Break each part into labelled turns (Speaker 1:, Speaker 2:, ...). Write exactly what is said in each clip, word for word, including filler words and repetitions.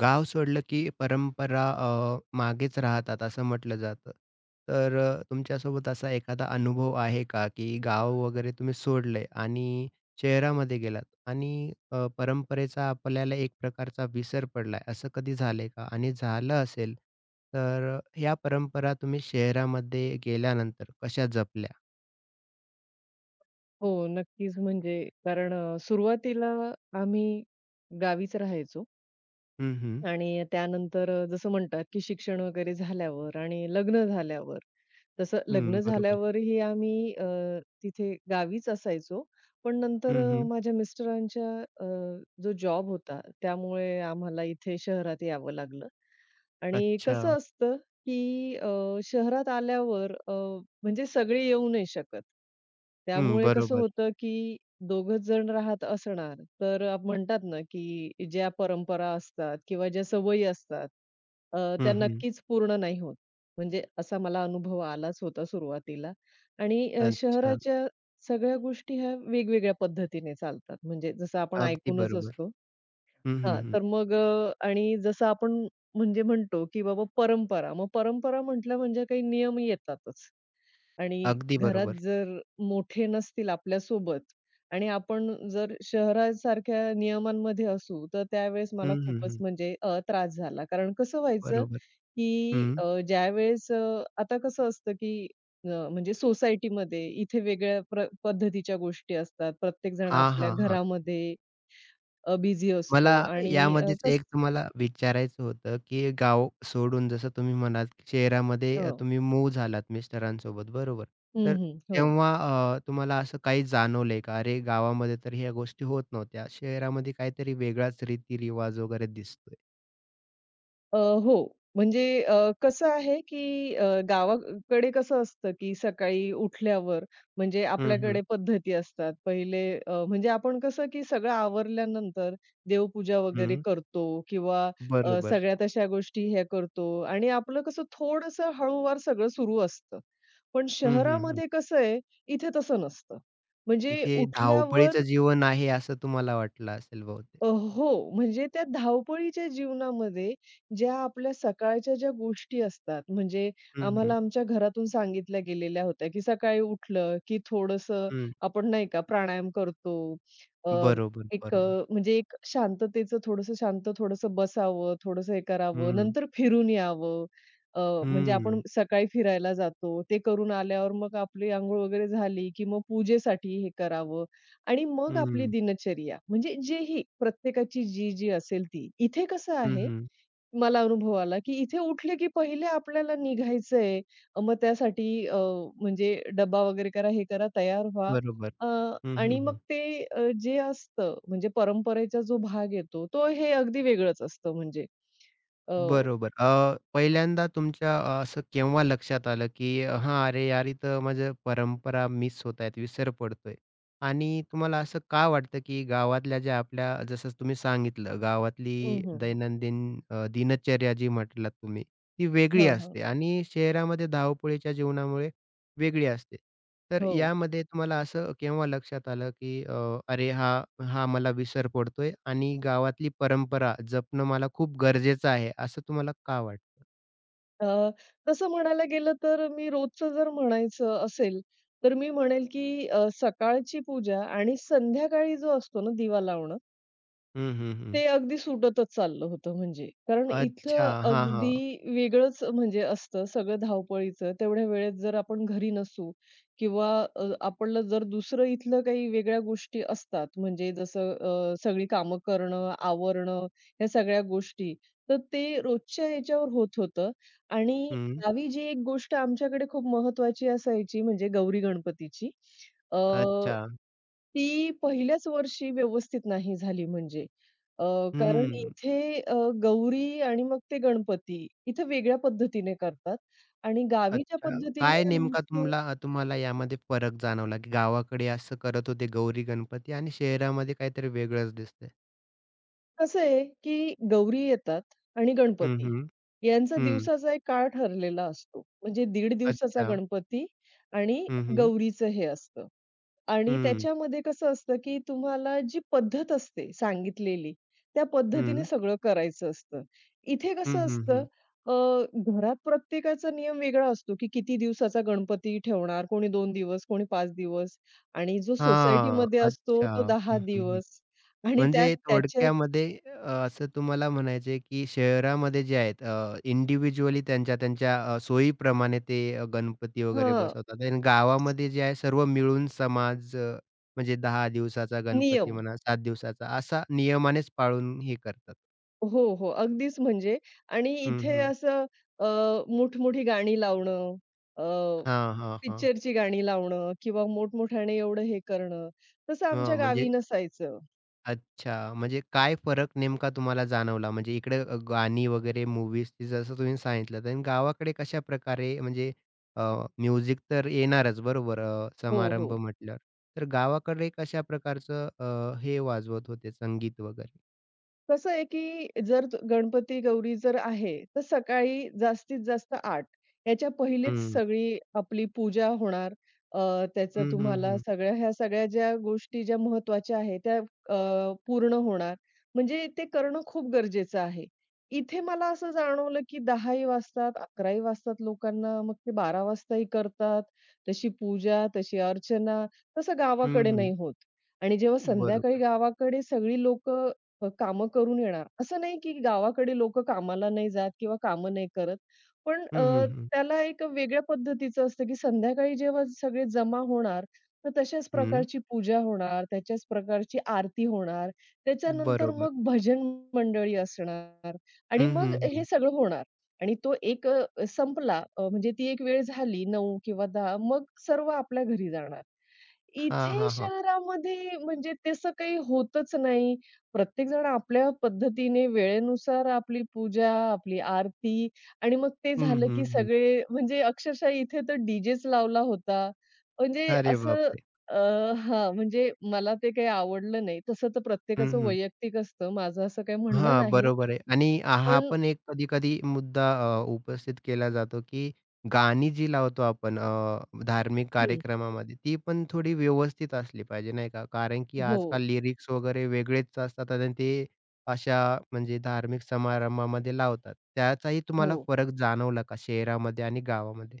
Speaker 1: गाव सोडलं की परंपरा अ, मागेच राहतात असं म्हटलं जातं. तर अ, तुमच्यासोबत असा एखादा अनुभव आहे का, की गाव वगैरे तुम्ही सोडलंय आणि शहरामध्ये गेलात आणि अ, परंपरेचा आपल्याला एक प्रकारचा विसर पडलाय, असं कधी झालंय का? आणि झालं असेल, तर अ, ह्या परंपरा तुम्ही शहरामध्ये गेल्यानंतर कशा जपल्या?
Speaker 2: हो, नक्कीच. म्हणजे कारण अ, सुरुवातीला आम्ही गावीच राहायचो.
Speaker 1: हं, हं.
Speaker 2: आणि त्यानंतर अ, जसं म्हणतात, की शिक्षण वगैरे झाल्यावर आणि लग्न झाल्यावर, तसं
Speaker 1: हं,
Speaker 2: लग्न
Speaker 1: बरोबर.
Speaker 2: झाल्यावरही आम्ही अ, तिथे गावीच असायचो. पण नंतर
Speaker 1: हं,
Speaker 2: अ,
Speaker 1: हं.
Speaker 2: माझ्या मिस्टरांच्या अ, जो जॉब होता, त्यामुळे आम्हाला इथे शहरात यावं लागलं. आणि
Speaker 1: अच्छा.
Speaker 2: कसं असतं, की अ, शहरात आल्यावर अ, म्हणजे सगळे येऊ नाही शकत.
Speaker 1: हं,
Speaker 2: त्यामुळे कसं
Speaker 1: बरोबर.
Speaker 2: होतं, की दोघंच जण राहत असणार, तर आप म्हणतात ना, की ज्या परंपरा असतात किंवा ज्या सवयी असतात, अ, त्या
Speaker 1: हं, हं.
Speaker 2: नक्कीच पूर्ण नाही होत. म्हणजे असा मला अनुभव आलाच होता सुरुवातीला. आणि अ,
Speaker 1: अच्छा.
Speaker 2: शहराच्या सगळ्या गोष्टी ह्या वेगवेगळ्या पद्धतीने चालतात. म्हणजे जसं आपण
Speaker 1: अगदी
Speaker 2: ऐकूनच
Speaker 1: बरोबर.
Speaker 2: असतो.
Speaker 1: हं, हं,
Speaker 2: हां,
Speaker 1: हं.
Speaker 2: तर मग अ, आणि जसं आपण म्हणजे म्हणतो, की बाबा परंपरा. मग परंपरा म्हटलं म्हणजे काही नियम येतातच. आणि
Speaker 1: अगदी
Speaker 2: घरात
Speaker 1: बरोबर.
Speaker 2: जर मोठे नसतील आपल्यासोबत आणि आपण जर शहरासारख्या नियमांमध्ये असू, तर त्यावेळेस
Speaker 1: हं,
Speaker 2: मला
Speaker 1: हं,
Speaker 2: खूपच
Speaker 1: हं.
Speaker 2: म्हणजे अ, त्रास झाला. कारण कसं व्हायचं,
Speaker 1: बरोबर.
Speaker 2: की
Speaker 1: हं.
Speaker 2: अ, ज्यावेळेस अ, आता कसं असतं, की अ, म्हणजे सोसायटीमध्ये इथे वेगळ्या प्र पद्धतीच्या गोष्टी असतात. प्रत्येकजण
Speaker 1: हां,
Speaker 2: आपल्या
Speaker 1: हां, हां.
Speaker 2: घरामध्ये बिझी
Speaker 1: मला
Speaker 2: असतो आणि अ,
Speaker 1: यामध्येच
Speaker 2: कसं
Speaker 1: एक तुम्हाला विचारायचं होतं, की गाव सोडून जसं तुम्ही म्हणालात, शहरामध्ये
Speaker 2: हो.
Speaker 1: अ, तुम्ही मूव्ह झालात मिस्टरांसोबत बरोबर.
Speaker 2: हं,
Speaker 1: तर
Speaker 2: हं. हो.
Speaker 1: तेव्हा अ, तुम्हाला असं काही जाणवलंय का? अरे, गावामध्ये तर ह्या गोष्टी होत नव्हत्या. शहरामध्ये काहीतरी वेगळाच रीती वगैरे दिसतोय.
Speaker 2: अ, हो. म्हणजे अ, कसं आहे, की अ, गावाकडे कसं असतं, की सकाळी उठल्यावर म्हणजे
Speaker 1: हं, हं.
Speaker 2: आपल्याकडे पद्धती असतात. पहिले अ, म्हणजे आपण कसं, की सगळं आवरल्यानंतर देवपूजा वगैरे
Speaker 1: हं.
Speaker 2: करतो किंवा अ,
Speaker 1: बरोबर.
Speaker 2: सगळ्या तशा गोष्टी हे करतो आणि आपलं कसं थोडंसं हळूवार सगळं सुरू असतं. पण
Speaker 1: हं, हं, हं.
Speaker 2: शहरामध्ये कसं आहे, इथे तसं नसतं. म्हणजे
Speaker 1: इथे
Speaker 2: उठल्यावर
Speaker 1: धावपळीचं जीवन आहे असं तुम्हाला वाटलं असेल बहुतेक.
Speaker 2: अ, हो, म्हणजे त्या धावपळीच्या जीवनामध्ये ज्या आपल्या सकाळच्या ज्या गोष्टी असतात, म्हणजे
Speaker 1: हं,
Speaker 2: आम्हाला
Speaker 1: हं.
Speaker 2: आमच्या घरातून सांगितल्या गेलेल्या होत्या, की सकाळी उठलं, की थोडंसं
Speaker 1: हं.
Speaker 2: आपण नाही का प्राणायाम करतो. अ,
Speaker 1: बरोबर,
Speaker 2: एक
Speaker 1: बरोबर.
Speaker 2: अ, म्हणजे एक शांततेचं थोडंसं शांत थोडंसं बसावं, थोडंसं हे करावं,
Speaker 1: हं,
Speaker 2: नंतर फिरून यावं. अ, म्हणजे आपण
Speaker 1: हं,
Speaker 2: सकाळी फिरायला जातो, ते करून आल्यावर मग आपली अंघोळ वगैरे झाली, की मग पूजेसाठी हे करावं. आणि मग आपली
Speaker 1: हं,
Speaker 2: दिनचर्या, म्हणजे जेही प्रत्येकाची जी-जी असेल ती. इथे कसं
Speaker 1: हं,
Speaker 2: आहे,
Speaker 1: हं.
Speaker 2: मला अनुभव आला, की इथे उठले की पहिले आपल्याला निघायचंय. मग त्यासाठी अ, म्हणजे डब्बा वगैरे करा, हे करा, तयार व्हा.
Speaker 1: बरोबर.
Speaker 2: अ,
Speaker 1: हं,
Speaker 2: आणि
Speaker 1: हं,
Speaker 2: मग
Speaker 1: हं.
Speaker 2: ते अ, जे असतं म्हणजे परंपरेचा जो भाग येतो, तो हे अगदी वेगळंच असतं म्हणजे. अ
Speaker 1: बरोबर. अ, पहिल्यांदा तुमच्या अ, असं केव्हा लक्षात आलं, की हां, "अरे यार, इथं माझं परंपरा मिस होत आहेत, विसर पडतोय." आणि तुम्हाला असं का वाटतं, की गावातल्या ज्या आपल्या जसं तुम्ही सांगितलं, गावातली
Speaker 2: हं, हं.
Speaker 1: दैनंदिन अ, दिनचर्या जी म्हटलात तुम्ही, ती वेगळी
Speaker 2: हां, हां.
Speaker 1: असते आणि शहरामध्ये धावपळीच्या जीवनामुळे वेगळी असते. तर
Speaker 2: हो.
Speaker 1: यामध्ये तुम्हाला असं केव्हा लक्षात आलं, की अ, अरे हा, हा मला विसर पडतोय आणि गावातली परंपरा जपणं मला खूप गरजेचं आहे, असं तुम्हाला का वाटतं?
Speaker 2: अ, तसं म्हणायला गेलं तर मी रोजचं जर म्हणायचं असेल, तर मी म्हणेल की अ, सकाळची पूजा आणि संध्याकाळी जो असतो ना दिवा लावणं,
Speaker 1: हं, हं,
Speaker 2: ते
Speaker 1: हं.
Speaker 2: अगदी सुटतच चाललं होतं म्हणजे. कारण
Speaker 1: अच्छा.
Speaker 2: इथलं
Speaker 1: हां, हां.
Speaker 2: अगदी वेगळंच म्हणजे असतं सगळं धावपळीचं. तेवढ्या वेळेत जर आपण घरी नसू किंवा अ, आपलं जर दुसरं इथलं काही वेगळ्या गोष्टी असतात, म्हणजे जसं अ, सगळी कामं करणं, आवरणं ह्या सगळ्या गोष्टी, तर ते रोजच्या याच्यावर होत होतं. आणि
Speaker 1: हं.
Speaker 2: गावी जी एक गोष्ट आमच्याकडे खूप महत्त्वाची असायची म्हणजे गौरी गणपतीची. अ,
Speaker 1: अच्छा.
Speaker 2: ती पहिल्याच वर्षी व्यवस्थित नाही झाली म्हणजे. अ, कारण
Speaker 1: हं.
Speaker 2: इथे अ, गौरी आणि मग ते गणपती इथे वेगळ्या पद्धतीने करतात आणि गावी ज्या हं.
Speaker 1: अच्छा.
Speaker 2: पद्धतीने
Speaker 1: काय नेमका
Speaker 2: आमचं
Speaker 1: तुम्हाला तुम्हाला यामध्ये फरक जाणवला, की गावाकडे असं करत होते गौरी गणपती आणि शहरामध्ये काहीतरी वेगळंच दिसतंय?
Speaker 2: कसं आहे, की गौरी येतात आणि
Speaker 1: हं,
Speaker 2: गणपती
Speaker 1: हं.
Speaker 2: यांचा
Speaker 1: हं.
Speaker 2: दिवसाचा एक काळ ठरलेला असतो. म्हणजे दीड दिवसाचा
Speaker 1: अच्छा.
Speaker 2: गणपती आणि
Speaker 1: हं, हं.
Speaker 2: गौरीचं हे असतं. आणि
Speaker 1: हं.
Speaker 2: त्याच्यामध्ये कसं असतं, की तुम्हाला जी पद्धत असते सांगितलेली, त्या पद्धतीने
Speaker 1: हं.
Speaker 2: सगळं करायचं असतं. इथे
Speaker 1: हं,
Speaker 2: कसं
Speaker 1: हं,
Speaker 2: असतं,
Speaker 1: हं.
Speaker 2: अ, घरात प्रत्येकाचा नियम वेगळा असतो, की किती दिवसाचा गणपती ठेवणार, कोणी दोन दिवस, कोणी पाच दिवस आणि जो
Speaker 1: हां,
Speaker 2: सोसायटीमध्ये असतो
Speaker 1: अच्छा.
Speaker 2: तो दहा
Speaker 1: हं, हं, हं.
Speaker 2: दिवस आणि त्यात
Speaker 1: म्हणजे
Speaker 2: त्याच्यात
Speaker 1: थोडक्यामध्ये अ, असं तुम्हाला म्हणायचं आहे, की शहरामध्ये जे आहेत अ, इंडिव्हिज्युअली त्यांच्या त्यांच्या अ, सोयीप्रमाणे ते अ, गणपती वगैरे
Speaker 2: हां,
Speaker 1: बसवतात आणि गावामध्ये जे आहे सर्व मिळून समाज अ, म्हणजे दहा दिवसाचा गणपती
Speaker 2: नियम.
Speaker 1: म्हणा, सात दिवसाचा असा नियमानेच पाळून हे करतात.
Speaker 2: हो, हो. अगदीच म्हणजे. आणि
Speaker 1: हं,
Speaker 2: इथे
Speaker 1: हं.
Speaker 2: असं अ, मोठमोठी गाणी लावणं,
Speaker 1: हां, हां, हां.
Speaker 2: पिक्चरची गाणी लावणं किंवा मोठमोठ्याने एवढं हे करणं, तसं आमच्या
Speaker 1: हां,
Speaker 2: गावी
Speaker 1: म्हणजे
Speaker 2: नसायचं.
Speaker 1: अच्छा, म्हणजे काय फरक नेमका तुम्हाला जाणवला? म्हणजे इकडे अ, गाणी वगैरे, मूव्हीज जसं तुम्ही सांगितलंत आणि गावाकडे कशाप्रकारे म्हणजे म्युझिक तर येणारच बरोबर अ,
Speaker 2: हो,
Speaker 1: समारंभ
Speaker 2: हो.
Speaker 1: म्हटल्यावर. तर गावाकडे कशा प्रकारचं अ, हे वाजवत होते संगीत वगैरे?
Speaker 2: कसं आहे, की जर तु- गणपती, गौरी जर आहे, तर सकाळी जास्तीत जास्त आठ याच्या पहिलेच
Speaker 1: हं.
Speaker 2: सगळी आपली पूजा होणार. अ, त्याचं
Speaker 1: हं, हं,
Speaker 2: तुम्हाला
Speaker 1: हं.
Speaker 2: सगळ्या ह्या सगळ्या ज्या गोष्टी ज्या महत्त्वाच्या आहेत त्या अ, पूर्ण होणार. म्हणजे ते करणं खूप गरजेचं आहे. इथे मला असं जाणवलं, की दहाही वाजतात, अकराही वाजतात लोकांना, मग ते बारा वाजताही करतात. तशी पूजा, तशी अर्चना, तसं
Speaker 1: हं,
Speaker 2: गावाकडे नाही
Speaker 1: हं.
Speaker 2: होत. आणि जेव्हा संध्याकाळी
Speaker 1: बरोबर.
Speaker 2: गावाकडे सगळी लोकं अ, कामं करून येणार. असं नाही की गावाकडे लोकं कामाला नाही जात किंवा कामं नाही करत. पण
Speaker 1: हं,
Speaker 2: अ,
Speaker 1: हं, हं.
Speaker 2: त्याला एक वेगळ्या पद्धतीचं असतं, की संध्याकाळी जेव्हा सगळे जमा होणार, तर तशाच
Speaker 1: हं.
Speaker 2: प्रकारची पूजा होणार, त्याच्याच प्रकारची आरती होणार, त्याच्यानंतर
Speaker 1: बरोबर.
Speaker 2: मग भजन मंडळी असणार आणि
Speaker 1: हं,
Speaker 2: मग
Speaker 1: हं,
Speaker 2: हे
Speaker 1: हं.
Speaker 2: सगळं होणार. आणि तो एक अ, संपला अ, म्हणजे ती एक वेळ झाली नऊ किंवा दहा. मग सर्व आपल्या घरी जाणार.
Speaker 1: हां,
Speaker 2: इथे
Speaker 1: हां, हां.
Speaker 2: शहरामध्ये म्हणजे तसं काही होतच नाही. प्रत्येकजण आपल्या पद्धतीने वेळेनुसार आपली पूजा, आपली आरती आणि मग ते
Speaker 1: हं,
Speaker 2: झालं,
Speaker 1: हं,
Speaker 2: की
Speaker 1: हं.
Speaker 2: सगळे म्हणजे अक्षरशः इथे तर डीजेच लावला होता. म्हणजे
Speaker 1: अरे
Speaker 2: असं
Speaker 1: बापरे!
Speaker 2: अ, हां, म्हणजे मला ते काही आवडलं नाही. तसं तर
Speaker 1: हं,
Speaker 2: प्रत्येकाचं
Speaker 1: हं.
Speaker 2: वैयक्तिक असतं. माझं असं काही म्हणणं
Speaker 1: हां,
Speaker 2: नाही.
Speaker 1: बरोबर आहे आणि हा
Speaker 2: पण
Speaker 1: पण एक कधी-कधी मुद्दा अ, उपस्थित केला जातो, की गाणी जी लावतो आपण अ, धार्मिक
Speaker 2: हं.
Speaker 1: कार्यक्रमामध्ये ती पण थोडी व्यवस्थित असली पाहिजे, नाही का? कारण की
Speaker 2: हो,
Speaker 1: आजकाल लिरिक्स वगैरे वेगळेच असतात आणि ते अशा म्हणजे धार्मिक समारंभामध्ये लावतात. त्याचाही तुम्हाला
Speaker 2: हो.
Speaker 1: फरक जाणवला का शहरामध्ये आणि गावामध्ये?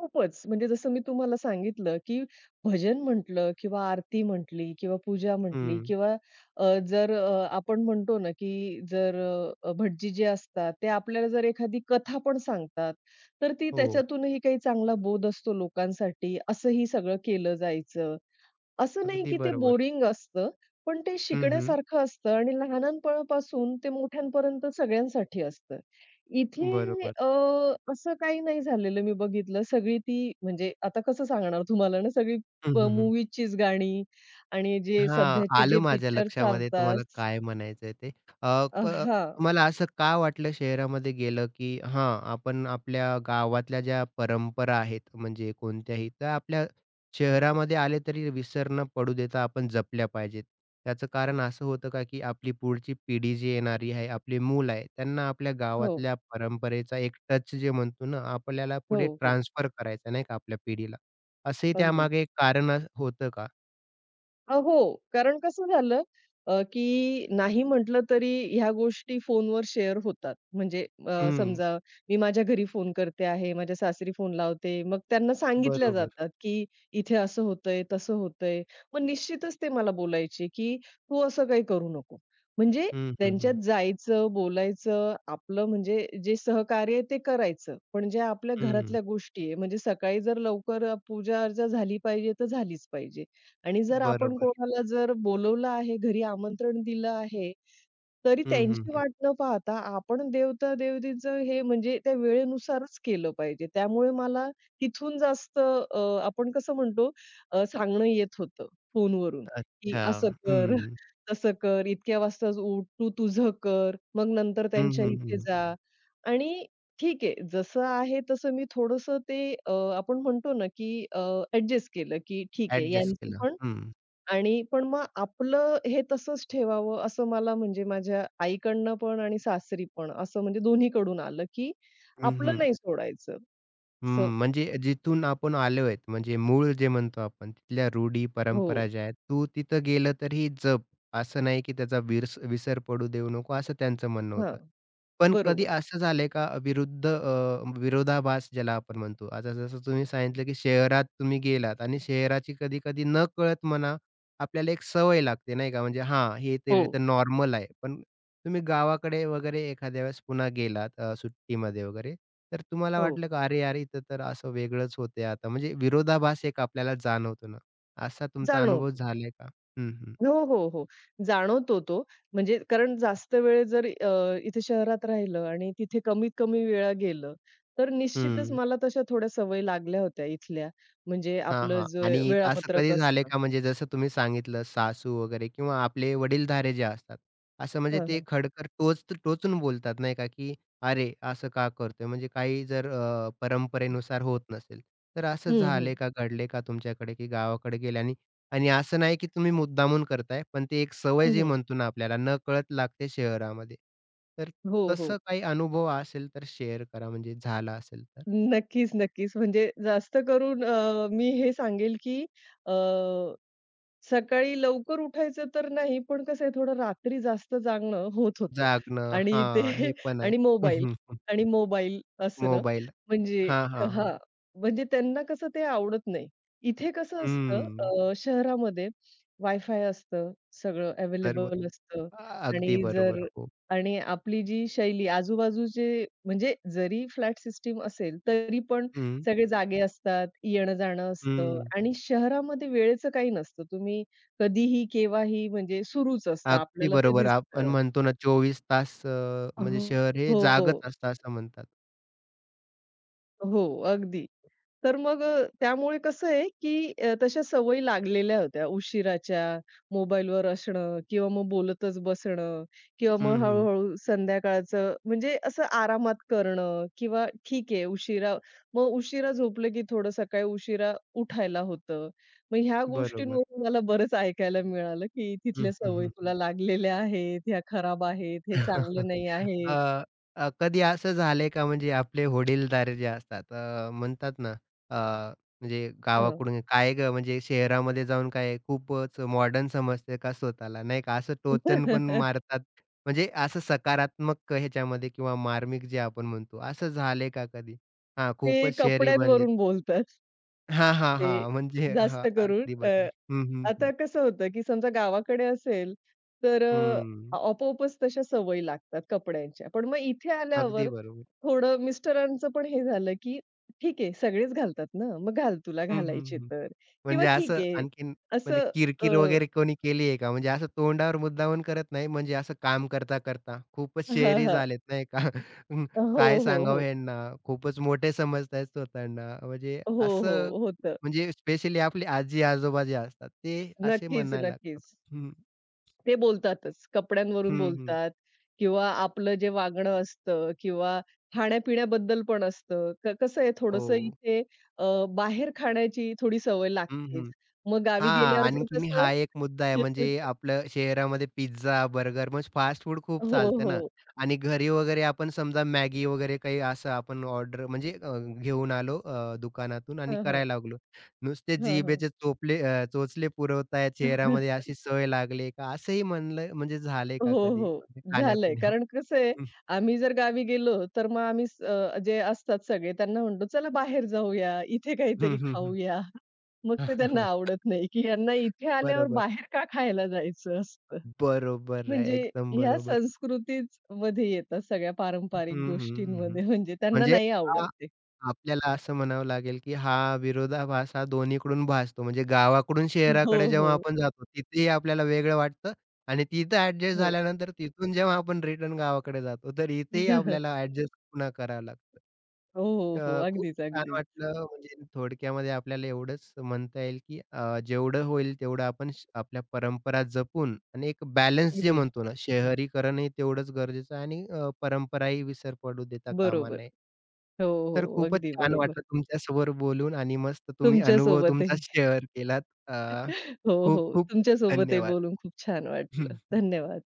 Speaker 2: खूपच. म्हणजे जसं मी तुम्हाला सांगितलं, की भजन म्हटलं किंवा आरती म्हटली किंवा पूजा म्हटली
Speaker 1: हं.
Speaker 2: किंवा अ, जर अ, आपण म्हणतो ना, की जर अ, भटजी जे असतात, ते आपल्याला जर एखादी कथा पण सांगतात, तर ती
Speaker 1: हो,
Speaker 2: त्याच्यातूनही काही चांगला बोध असतो लोकांसाठी. असंही सगळं केलं जायचं. असं नाही
Speaker 1: अगदी
Speaker 2: की ते
Speaker 1: बरोबर.
Speaker 2: बोरिंग असतं, पण ते
Speaker 1: हं, हं.
Speaker 2: शिकण्यासारखं असतं आणि लहानांपणापासून ते मोठ्यांपर्यंत सगळ्यांसाठी असतं. इथे
Speaker 1: बरोबर.
Speaker 2: अ, असं काही नाही झालेलं मी बघितलं. सगळी ती म्हणजे आता कसं सांगणार तुम्हाला ना सगळी
Speaker 1: हं,
Speaker 2: प
Speaker 1: हं, हं.
Speaker 2: मूव्हीजचीच गाणी आणि जे
Speaker 1: हां,
Speaker 2: सध्याचे
Speaker 1: आलं
Speaker 2: जे
Speaker 1: माझ्या
Speaker 2: पिक्चर
Speaker 1: लक्षामध्ये
Speaker 2: चालतात.
Speaker 1: तुम्हाला काय म्हणायचंय ते. अ,
Speaker 2: अ,
Speaker 1: क
Speaker 2: हां.
Speaker 1: तुम्हाला असं का वाटलं शहरामध्ये गेलं, की हां, आपण आपल्या गावातल्या ज्या परंपरा आहेत म्हणजे कोणत्याही, त्या आपल्या शहरामध्ये आले तरी विसर न पडू देता आपण जपल्या पाहिजेत. त्याचं कारण असं होतं का, की आपली पुढची पिढी जी येणारी आहे, आपली मुलं आहे, त्यांना आपल्या
Speaker 2: हो,
Speaker 1: गावातल्या परंपरेचा एक टच जे म्हणतो ना, आपल्याला
Speaker 2: हो,
Speaker 1: पुढे
Speaker 2: हो.
Speaker 1: ट्रान्सफर करायचा नाही का आपल्या पिढीला. असंही
Speaker 2: अगदी.
Speaker 1: त्यामागे कारण अ, होतं का?
Speaker 2: अ, हो. कारण कसं झालं, अ, की नाही म्हटलं तरी ह्या गोष्टी फोनवर शेअर होतात. म्हणजे अ,
Speaker 1: हं.
Speaker 2: समजा मी माझ्या घरी फोन करते आहे, माझ्या सासरी फोन लावते. मग त्यांना सांगितल्या
Speaker 1: बरोबर.
Speaker 2: जातात, की इथे असं होतंय, तसं होतंय. मग निश्चितच ते मला बोलायचे, की "तू असं काही करू नको." म्हणजे
Speaker 1: हं, हं,
Speaker 2: त्यांच्यात
Speaker 1: हं.
Speaker 2: जायचं, बोलायचं, आपलं म्हणजे जे सहकार्य आहे ते करायचं. पण ज्या आपल्या
Speaker 1: हं.
Speaker 2: घरातल्या गोष्टी आहे, म्हणजे सकाळी जर लवकर पूजा-अर्चा झाली पाहिजे, तर झालीच पाहिजे. आणि जर आपण
Speaker 1: बरोबर.
Speaker 2: कोणाला जर बोलवलं आहे, घरी आमंत्रण दिलं आहे, तरी
Speaker 1: हं, हं,
Speaker 2: त्यांची
Speaker 1: हं.
Speaker 2: वाट न पाहता आपण देवता-देवतीचं हे म्हणजे त्या वेळेनुसारच केलं पाहिजे. त्यामुळे मला तिथून जास्त अ, आपण कसं म्हणतो अ, सांगणं येत होतं फोनवरून, की
Speaker 1: अच्छा.
Speaker 2: असं कर,
Speaker 1: हं.
Speaker 2: तसं कर, इतक्या वाजताच उठ, तू तुझं कर, मग नंतर
Speaker 1: हं,
Speaker 2: त्यांच्या
Speaker 1: हं,
Speaker 2: इथे
Speaker 1: हं.
Speaker 2: जा. आणि ठीक आहे, जसं आहे तसं मी थोडंसं ते अ, आपण म्हणतो ना, की अ, केलं, की ठीक आहे
Speaker 1: ॲडजस्ट
Speaker 2: यांचं
Speaker 1: केलं.
Speaker 2: पण.
Speaker 1: हं.
Speaker 2: आणि पण मग आपलं हे तसंच ठेवावं असं मला म्हणजे माझ्या आईकडनं पण आणि सासरी पण असं म्हणजे दोन्हीकडून आलं, की
Speaker 1: हं,
Speaker 2: आपलं
Speaker 1: हं.
Speaker 2: नाही सोडायचं. असं
Speaker 1: हं. म्हणजे जिथून आपण आलो आहेत, म्हणजे मूळ जे म्हणतो आपण तिथल्या रूढी,
Speaker 2: हो.
Speaker 1: परंपरा ज्या आहेत, तू तिथं गेलं तर ही जप. असं नाही की त्याचा विरस विसर पडू देऊ नको, असं त्यांचं म्हणणं
Speaker 2: हां,
Speaker 1: होतं. पण कधी
Speaker 2: बरोबर.
Speaker 1: असं झालंय का विरुद्ध अ, विरोधाभास ज्याला आपण म्हणतो. आता जसं तुम्ही सांगितलं की शहरात तुम्ही गेलात आणि शहराची कधी-कधी नकळत म्हणा आपल्याला एक सवय लागते नाही का, म्हणजे हां, हे
Speaker 2: हो.
Speaker 1: तरी तर नॉर्मल आहे. पण तुम्ही गावाकडे वगैरे एखाद्या वेळेस पुन्हा गेलात अ, सुट्टीमध्ये वगैरे, तर तुम्हाला
Speaker 2: हो,
Speaker 1: वाटलं का "अरे यार, इथं तर असं वेगळंच होतंय आता." म्हणजे विरोधाभास एक आपल्याला जाणवतो ना, असा तुमचा अनुभव
Speaker 2: जाणवतो.
Speaker 1: झालाय का? हं, हं.
Speaker 2: हो, हो, हो. जाणवतो तो. म्हणजे कारण जास्त वेळ जर अ, इथे शहरात राहिलं आणि तिथे कमीत कमी वेळा गेलं, तर निश्चितच
Speaker 1: हं.
Speaker 2: मला तशा थोड्या सवयी लागल्या होत्या इथल्या. म्हणजे
Speaker 1: हां,
Speaker 2: आपलं
Speaker 1: हां.
Speaker 2: जे
Speaker 1: आणि असं
Speaker 2: वेळापत्रक
Speaker 1: कधी झालंय
Speaker 2: असतं.
Speaker 1: का म्हणजे जसं तुम्ही सांगितलं सासू वगैरे किंवा आपले वडीलधारे जे असतात, असं म्हणजे
Speaker 2: हां,
Speaker 1: ते
Speaker 2: हां.
Speaker 1: खडतर टोच टोचून बोलतात नाही का, की "अरे, असं का करतोय?" म्हणजे काही जर अ, परंपरेनुसार होत नसेल, तर असं
Speaker 2: हं,
Speaker 1: झालंय
Speaker 2: हं.
Speaker 1: का, घडलंय का तुमच्याकडे, की गावाकडे गेले आणि आणि असं नाही की तुम्ही मुद्दामून करताय, पण ती एक सवय
Speaker 2: हं,
Speaker 1: जी
Speaker 2: हं.
Speaker 1: म्हणतो ना आपल्याला नकळत लागते शहरामध्ये. तर
Speaker 2: हो, हो.
Speaker 1: तसं काही अनुभव असेल तर शेअर करा म्हणजे झाला असेल तर?
Speaker 2: नक्कीच, नक्कीच. म्हणजे जास्त करून अ, मी हे सांगेल, की अ, सकाळी लवकर उठायचं तर नाही, पण कसं आहे थोडं रात्री जास्त जागणं होत होतं.
Speaker 1: जागणं
Speaker 2: आणि ते
Speaker 1: हां, हे पण आहे.
Speaker 2: आणि
Speaker 1: हं,
Speaker 2: मोबाईल
Speaker 1: हं.
Speaker 2: आणि मोबाईल असणं
Speaker 1: मोबाईल.
Speaker 2: म्हणजे
Speaker 1: हां, हां, हां.
Speaker 2: हां, म्हणजे त्यांना कसं ते आवडत नाही. इथे कसं असतं,
Speaker 1: हं.
Speaker 2: अ, शहरामध्ये वायफाय असतं, सगळं
Speaker 1: बरोबर.
Speaker 2: अवेलेबल असतं.
Speaker 1: अ अगदी
Speaker 2: आणि जर
Speaker 1: बरोबर. हो.
Speaker 2: आणि आपली जी शैली आजूबाजूचे म्हणजे जरी फ्लॅट सिस्टीम असेल, तरी पण
Speaker 1: हं,
Speaker 2: सगळे जागे असतात, येणं-जाणं असतं
Speaker 1: हं.
Speaker 2: आणि शहरामध्ये वेळेचं काही नसतं. तुम्ही कधीही, केव्हाही म्हणजे सुरूच असतं.
Speaker 1: अगदी
Speaker 2: आपल्याला ते
Speaker 1: बरोबर. आपण
Speaker 2: दिसतं.
Speaker 1: म्हणतो ना चोवीस तास अ, म्हणजे
Speaker 2: हो.
Speaker 1: शहर हे
Speaker 2: हो,
Speaker 1: जागच असतं असं म्हणतात.
Speaker 2: हो, अगदी. तर मग अ, त्यामुळे कसं आहे, की अ, तशा सवयी लागलेल्या होत्या उशिराच्या, मोबाईलवर असणं किंवा मग बोलतच बसणं किंवा मग
Speaker 1: हं, हं.
Speaker 2: हळू-हळू संध्याकाळचं म्हणजे असं आरामात करणं किंवा ठीक आहे उशिरा, मग उशिरा झोपलं, की थोडं सकाळी उशिरा उठायला होतं. मग ह्या
Speaker 1: बरोबर.
Speaker 2: गोष्टींवरून मला बरंच ऐकायला मिळालं, की
Speaker 1: हं,
Speaker 2: तिथल्या
Speaker 1: हं,
Speaker 2: सवयी
Speaker 1: हं.
Speaker 2: तुला लागलेल्या आहेत, ह्या खराब आहेत, हे चांगलं नाही
Speaker 1: अ,
Speaker 2: आहे.
Speaker 1: अ, कधी असं झालंय का म्हणजे आपले वडीलधारे जे असतात अ, म्हणतात ना अ, म्हणजे
Speaker 2: हं.
Speaker 1: गावाकडून काय गं म्हणजे शहरामध्ये जाऊन काय खूपच मॉडर्न समजते का स्वतःला नाही का? असं टोचन पण मारतात. म्हणजे असं सकारात्मक ह्याच्यामध्ये किंवा मार्मिक जे आपण म्हणतो असं झालंय का कधी? हां,
Speaker 2: ते
Speaker 1: खूपच शहरी बनलेत.
Speaker 2: कपड्यांवरून बोलतात.
Speaker 1: हां, हां,
Speaker 2: ते
Speaker 1: हां. म्हणजे हां,
Speaker 2: जास्त करून
Speaker 1: अगदी
Speaker 2: अ,
Speaker 1: बरोबर. हं, हं,
Speaker 2: आता
Speaker 1: हं.
Speaker 2: कसं होतं, की समजा गावाकडे असेल, तर अ,
Speaker 1: हं.
Speaker 2: आपोआपच तशा सवयी लागतात कपड्यांच्या. पण मग इथे
Speaker 1: अगदी
Speaker 2: आल्यावर
Speaker 1: बरोबर.
Speaker 2: थोडं मिस्टरांचं पण हे झालं, की "ठीक आहे, सगळेच घालतात ना, मग घाल तुला
Speaker 1: हं,
Speaker 2: घालायचे
Speaker 1: हं,
Speaker 2: तर." किंवा
Speaker 1: म्हणजे
Speaker 2: "ठीक
Speaker 1: असं
Speaker 2: आहे."
Speaker 1: आणखीन म्हणजे
Speaker 2: असं
Speaker 1: किरकिर
Speaker 2: अ,
Speaker 1: वगैरे कोणी केली आहे का? म्हणजे असं तोंडावर मुद्दामून करत नाही, म्हणजे असं काम करता-करता खूपच
Speaker 2: हां,
Speaker 1: शहरी
Speaker 2: हां.
Speaker 1: झालेत नाही का? अं,
Speaker 2: हो,
Speaker 1: काय
Speaker 2: हो,
Speaker 1: सांगावं
Speaker 2: हो.
Speaker 1: ह्यांना, खूपच मोठे समजतायत स्वतःना. म्हणजे
Speaker 2: हो,
Speaker 1: असं
Speaker 2: हो. होतं.
Speaker 1: म्हणजे स्पेशली आपली आजी-आजोबा जे असतात, ते असे
Speaker 2: नक्कीच,
Speaker 1: म्हणायला लागतात.
Speaker 2: नक्कीच.
Speaker 1: हं,
Speaker 2: ते बोलतातच. कपड्यांवरून
Speaker 1: हं, हं.
Speaker 2: बोलतात किंवा आपलं जे वागणं असतं किंवा खाण्यापिण्याबद्दल पण असतं. क कसं आहे, थोडंसं
Speaker 1: हो.
Speaker 2: इथे अ, बाहेर खाण्याची थोडी सवय
Speaker 1: हं,
Speaker 2: लागतेच.
Speaker 1: हं.
Speaker 2: मग गावी
Speaker 1: हां,
Speaker 2: गेल्यावर पण
Speaker 1: आणखीन
Speaker 2: कसं
Speaker 1: हा एक मुद्दा आहे. म्हणजे आपलं शहरामध्ये पिझ्झा, बर्गर म्हणजे फास्ट फूड खूप
Speaker 2: हो,
Speaker 1: चालतं ना
Speaker 2: हो.
Speaker 1: आणि घरी वगैरे आपण समजा मॅगी वगैरे काही असं आपण ऑर्डर म्हणजे अ, घेऊन आलो अ, दुकानातून आणि
Speaker 2: हां, हां.
Speaker 1: करायला लागलो. नुसते
Speaker 2: हां, हां.
Speaker 1: जिभेचे चोपले अ, चोचले पुरवतायत चेहऱ्यामध्ये अशी सवय लागली का? असंही म्हणलं म्हणजे झालंय का
Speaker 2: हो,
Speaker 1: कधी
Speaker 2: हो.
Speaker 1: म्हणजे
Speaker 2: झालंय.
Speaker 1: खाण्यापिण्यावर?
Speaker 2: कारण कसं आहे,
Speaker 1: हं,
Speaker 2: आम्ही जर गावी गेलो, तर मग आम्ही स अ, जे असतात सगळे त्यांना म्हणतो, "चला बाहेर जाऊया, इथे काहीतरी
Speaker 1: हं, हं, हं.
Speaker 2: खाऊया." मग ते त्यांना आवडत नाही, की यांना इथे आल्यावर
Speaker 1: बरोबर.
Speaker 2: बाहेर का खायला जायचं असतं.
Speaker 1: बरोबर आहे.
Speaker 2: म्हणजे
Speaker 1: एकदम
Speaker 2: ह्या
Speaker 1: बरोबर.
Speaker 2: संस्कृतीच मध्ये येतात सगळ्या
Speaker 1: हं,
Speaker 2: पारंपरिक
Speaker 1: हं, हं, हं.
Speaker 2: गोष्टींमध्ये म्हणजे त्यांना
Speaker 1: म्हणजे
Speaker 2: नाही आवडत
Speaker 1: हा
Speaker 2: ते.
Speaker 1: आपल्याला असं म्हणावं लागेल, की हा विरोधाभास हा दोन्हीकडून भासतो. म्हणजे गावाकडून
Speaker 2: हो,
Speaker 1: शहराकडे जेव्हा
Speaker 2: हो.
Speaker 1: आपण जातो, तिथेही आपल्याला वेगळं वाटतं आणि तिथं ॲडजस्ट
Speaker 2: हो.
Speaker 1: झाल्यानंतर तिथून जेव्हा आपण रिटर्न गावाकडे जातो, तर इथेही आपल्याला ॲडजस्ट पुन्हा करावं लागतं.
Speaker 2: हो, हो,
Speaker 1: अ,
Speaker 2: हो.
Speaker 1: खूप
Speaker 2: अगदीच,
Speaker 1: छान
Speaker 2: अगदीच.
Speaker 1: वाटलं म्हणजे थोडक्यामध्ये आपल्याला एवढंच म्हणता येईल, की अ, जेवढं होईल तेवढं आपण श आपल्या परंपरा जपून आणि एक बॅलन्स जे
Speaker 2: अगदी.
Speaker 1: म्हणतो ना, शहरीकरणही तेवढंच गरजेचं आहे आणि अ, परंपराही विसर पडू देता कामा
Speaker 2: बरोबर.
Speaker 1: नये.
Speaker 2: हो, हो.
Speaker 1: तर खूपच
Speaker 2: अगदी
Speaker 1: छान
Speaker 2: बरोबर.
Speaker 1: वाटलं तुमच्यासमोर बोलून आणि मस्त तुम्ही अनुभव तुमचा
Speaker 2: तुमच्यासोबतही.
Speaker 1: शेअर केलात. अ,
Speaker 2: हो,
Speaker 1: खूप
Speaker 2: हो.
Speaker 1: खूप
Speaker 2: तुमच्यासोबतही बोलून खूप छान
Speaker 1: धन्यवाद.
Speaker 2: वाटलं. धन्यवाद.